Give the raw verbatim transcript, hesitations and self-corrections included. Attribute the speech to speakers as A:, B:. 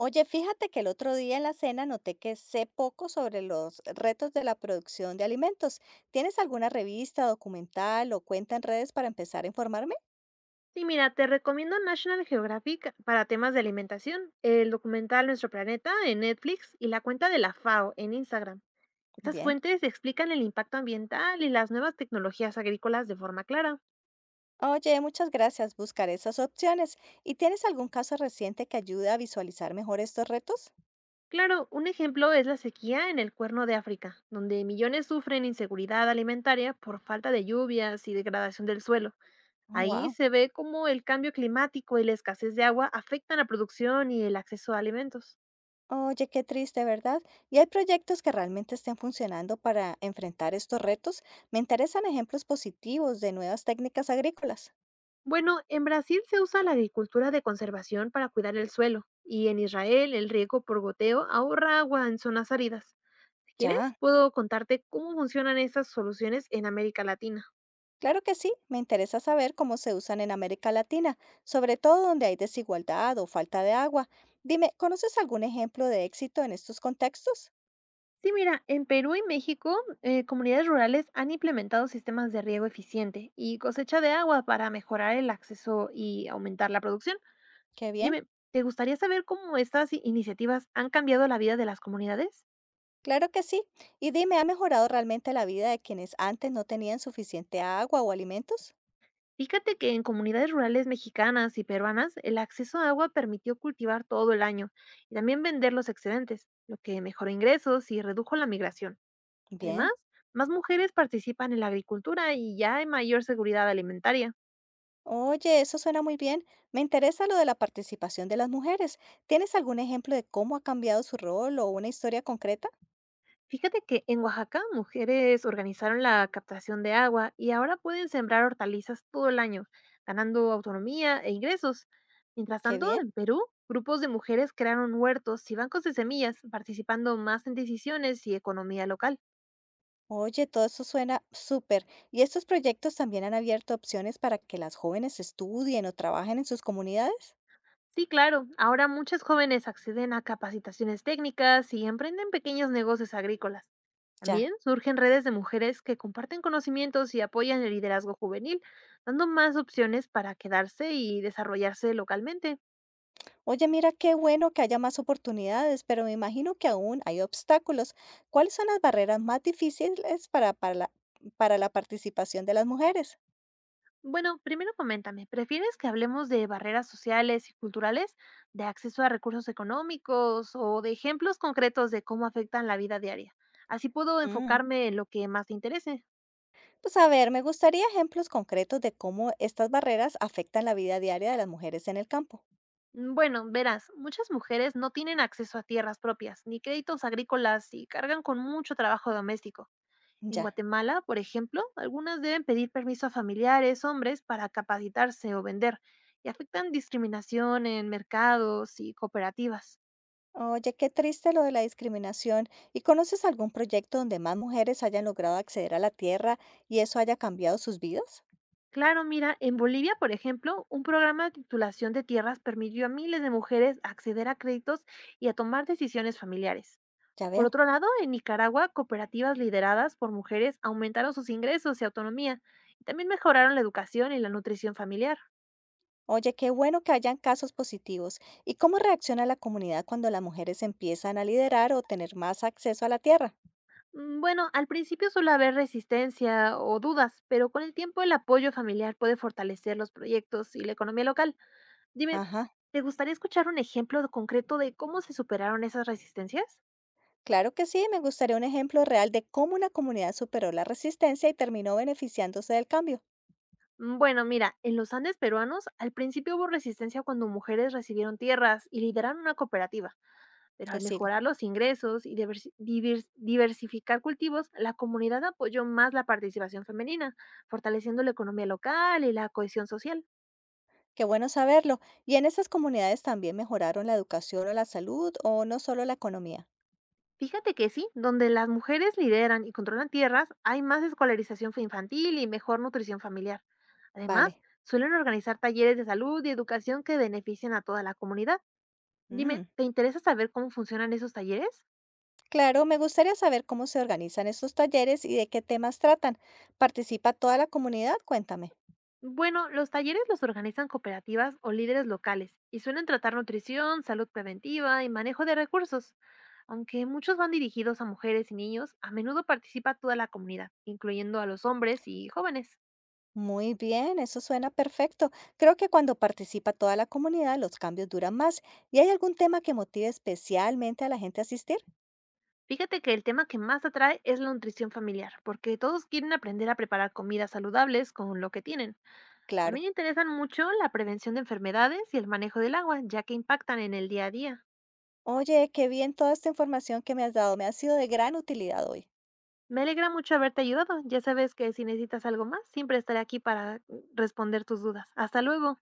A: Oye, fíjate que el otro día en la cena noté que sé poco sobre los retos de la producción de alimentos. ¿Tienes alguna revista, documental o cuenta en redes para empezar a informarme?
B: Sí, mira, te recomiendo National Geographic para temas de alimentación, el documental Nuestro Planeta en Netflix y la cuenta de la FAO en Instagram. Estas
A: Bien.
B: fuentes explican el impacto ambiental y las nuevas tecnologías agrícolas de forma clara.
A: Oye, muchas gracias. Buscaré esas opciones. ¿Y tienes algún caso reciente que ayude a visualizar mejor estos retos?
B: Claro, un ejemplo es la sequía en el Cuerno de África, donde millones sufren inseguridad alimentaria por falta de lluvias y degradación del suelo. Ahí
A: Wow.
B: se ve cómo el cambio climático y la escasez de agua afectan la producción y el acceso a alimentos.
A: Oye, qué triste, ¿verdad? ¿Y hay proyectos que realmente estén funcionando para enfrentar estos retos? Me interesan ejemplos positivos de nuevas técnicas agrícolas.
B: Bueno, en Brasil se usa la agricultura de conservación para cuidar el suelo y en Israel el riego por goteo ahorra agua en zonas áridas. Si quieres,
A: Ya.
B: puedo contarte cómo funcionan estas soluciones en América Latina.
A: Claro que sí, me interesa saber cómo se usan en América Latina, sobre todo donde hay desigualdad o falta de agua. Dime, ¿conoces algún ejemplo de éxito en estos contextos?
B: Sí, mira, en Perú y México, eh, comunidades rurales han implementado sistemas de riego eficiente y cosecha de agua para mejorar el acceso y aumentar la producción.
A: Qué bien.
B: Dime, ¿te gustaría saber cómo estas i- iniciativas han cambiado la vida de las comunidades?
A: Claro que sí. Y dime, ¿ha mejorado realmente la vida de quienes antes no tenían suficiente agua o alimentos?
B: Fíjate que en comunidades rurales mexicanas y peruanas el acceso a agua permitió cultivar todo el año y también vender los excedentes, lo que mejoró ingresos y redujo la migración. Además,
A: Bien.
B: más mujeres participan en la agricultura y ya hay mayor seguridad alimentaria.
A: Oye, eso suena muy bien. Me interesa lo de la participación de las mujeres. ¿Tienes algún ejemplo de cómo ha cambiado su rol o una historia concreta?
B: Fíjate que en Oaxaca mujeres organizaron la captación de agua y ahora pueden sembrar hortalizas todo el año, ganando autonomía e ingresos. Mientras
A: Qué
B: tanto,
A: bien.
B: en Perú, grupos de mujeres crearon huertos y bancos de semillas, participando más en decisiones y economía local.
A: Oye, todo eso suena súper. ¿Y estos proyectos también han abierto opciones para que las jóvenes estudien o trabajen en sus comunidades?
B: Sí, claro. Ahora muchos jóvenes acceden a capacitaciones técnicas y emprenden pequeños negocios agrícolas.
A: Ya.
B: También surgen redes de mujeres que comparten conocimientos y apoyan el liderazgo juvenil, dando más opciones para quedarse y desarrollarse localmente.
A: Oye, mira, qué bueno que haya más oportunidades, pero me imagino que aún hay obstáculos. ¿Cuáles son las barreras más difíciles para, para la, para la participación de las mujeres?
B: Bueno, primero coméntame, ¿prefieres que hablemos de barreras sociales y culturales, de acceso a recursos económicos o de ejemplos concretos de cómo afectan la vida diaria? Así puedo
A: Mm,
B: enfocarme en lo que más te interese.
A: Pues a ver, me gustaría ejemplos concretos de cómo estas barreras afectan la vida diaria de las mujeres en el campo.
B: Mm, Bueno, verás, muchas mujeres no tienen acceso a tierras propias ni créditos agrícolas y cargan con mucho trabajo doméstico. En
A: Ya.
B: Guatemala, por ejemplo, algunas deben pedir permiso a familiares, hombres, para capacitarse o vender, y afectan discriminación en mercados y cooperativas.
A: Oye, qué triste lo de la discriminación. ¿Y conoces algún proyecto donde más mujeres hayan logrado acceder a la tierra y eso haya cambiado sus vidas?
B: Claro, mira, en Bolivia, por ejemplo, un programa de titulación de tierras permitió a miles de mujeres acceder a créditos y a tomar decisiones familiares.
A: Ya
B: Por
A: veo.
B: otro lado, en Nicaragua, cooperativas lideradas por mujeres aumentaron sus ingresos y autonomía, y también mejoraron la educación y la nutrición familiar.
A: Oye, qué bueno que hayan casos positivos. ¿Y cómo reacciona la comunidad cuando las mujeres empiezan a liderar o tener más acceso a la tierra?
B: Mm, Bueno, al principio suele haber resistencia o dudas, pero con el tiempo el apoyo familiar puede fortalecer los proyectos y la economía local. Dime,
A: Ajá,
B: ¿te gustaría escuchar un ejemplo concreto de cómo se superaron esas resistencias?
A: claro que sí. Me gustaría un ejemplo real de cómo una comunidad superó la resistencia y terminó beneficiándose del cambio.
B: Mm, Bueno, mira, en los Andes peruanos al principio hubo resistencia cuando mujeres recibieron tierras y lideraron una cooperativa, pero
A: Te
B: al
A: sigo.
B: mejorar los ingresos y diversi- divers- diversificar cultivos, la comunidad apoyó más la participación femenina, fortaleciendo la economía local y la cohesión social.
A: Qué bueno saberlo. ¿Y en esas comunidades también mejoraron la educación o la salud o no solo la economía?
B: Fíjate que sí, donde las mujeres lideran y controlan tierras, hay más escolarización fe- infantil y mejor nutrición familiar. Además,
A: Vale.
B: suelen organizar talleres de salud y educación que benefician a toda la comunidad. Dime,
A: Mm,
B: ¿te interesa saber cómo funcionan esos talleres?
A: Claro, me gustaría saber cómo se organizan estos talleres y de qué temas tratan. ¿Participa toda la comunidad? Cuéntame.
B: Bueno, los talleres los organizan cooperativas o líderes locales y suelen tratar nutrición, salud preventiva y manejo de recursos. Aunque muchos van dirigidos a mujeres y niños, a menudo participa toda la comunidad, incluyendo a los hombres y jóvenes.
A: Muy bien, eso suena perfecto. Creo que cuando participa toda la comunidad, los cambios duran más. ¿Y hay algún tema que motive especialmente a la gente a asistir?
B: Fíjate que el tema que más atrae es la nutrición familiar, porque todos quieren aprender a preparar comidas saludables con lo que tienen.
A: Claro.
B: También interesan mucho la prevención de enfermedades y el manejo del agua, ya que impactan en el día a día.
A: Oye, qué bien toda esta información que me has dado. Me ha sido de gran utilidad hoy.
B: Me alegra mucho haberte ayudado. Ya sabes que si necesitas algo más, siempre estaré aquí para mm, responder tus dudas. Hasta luego.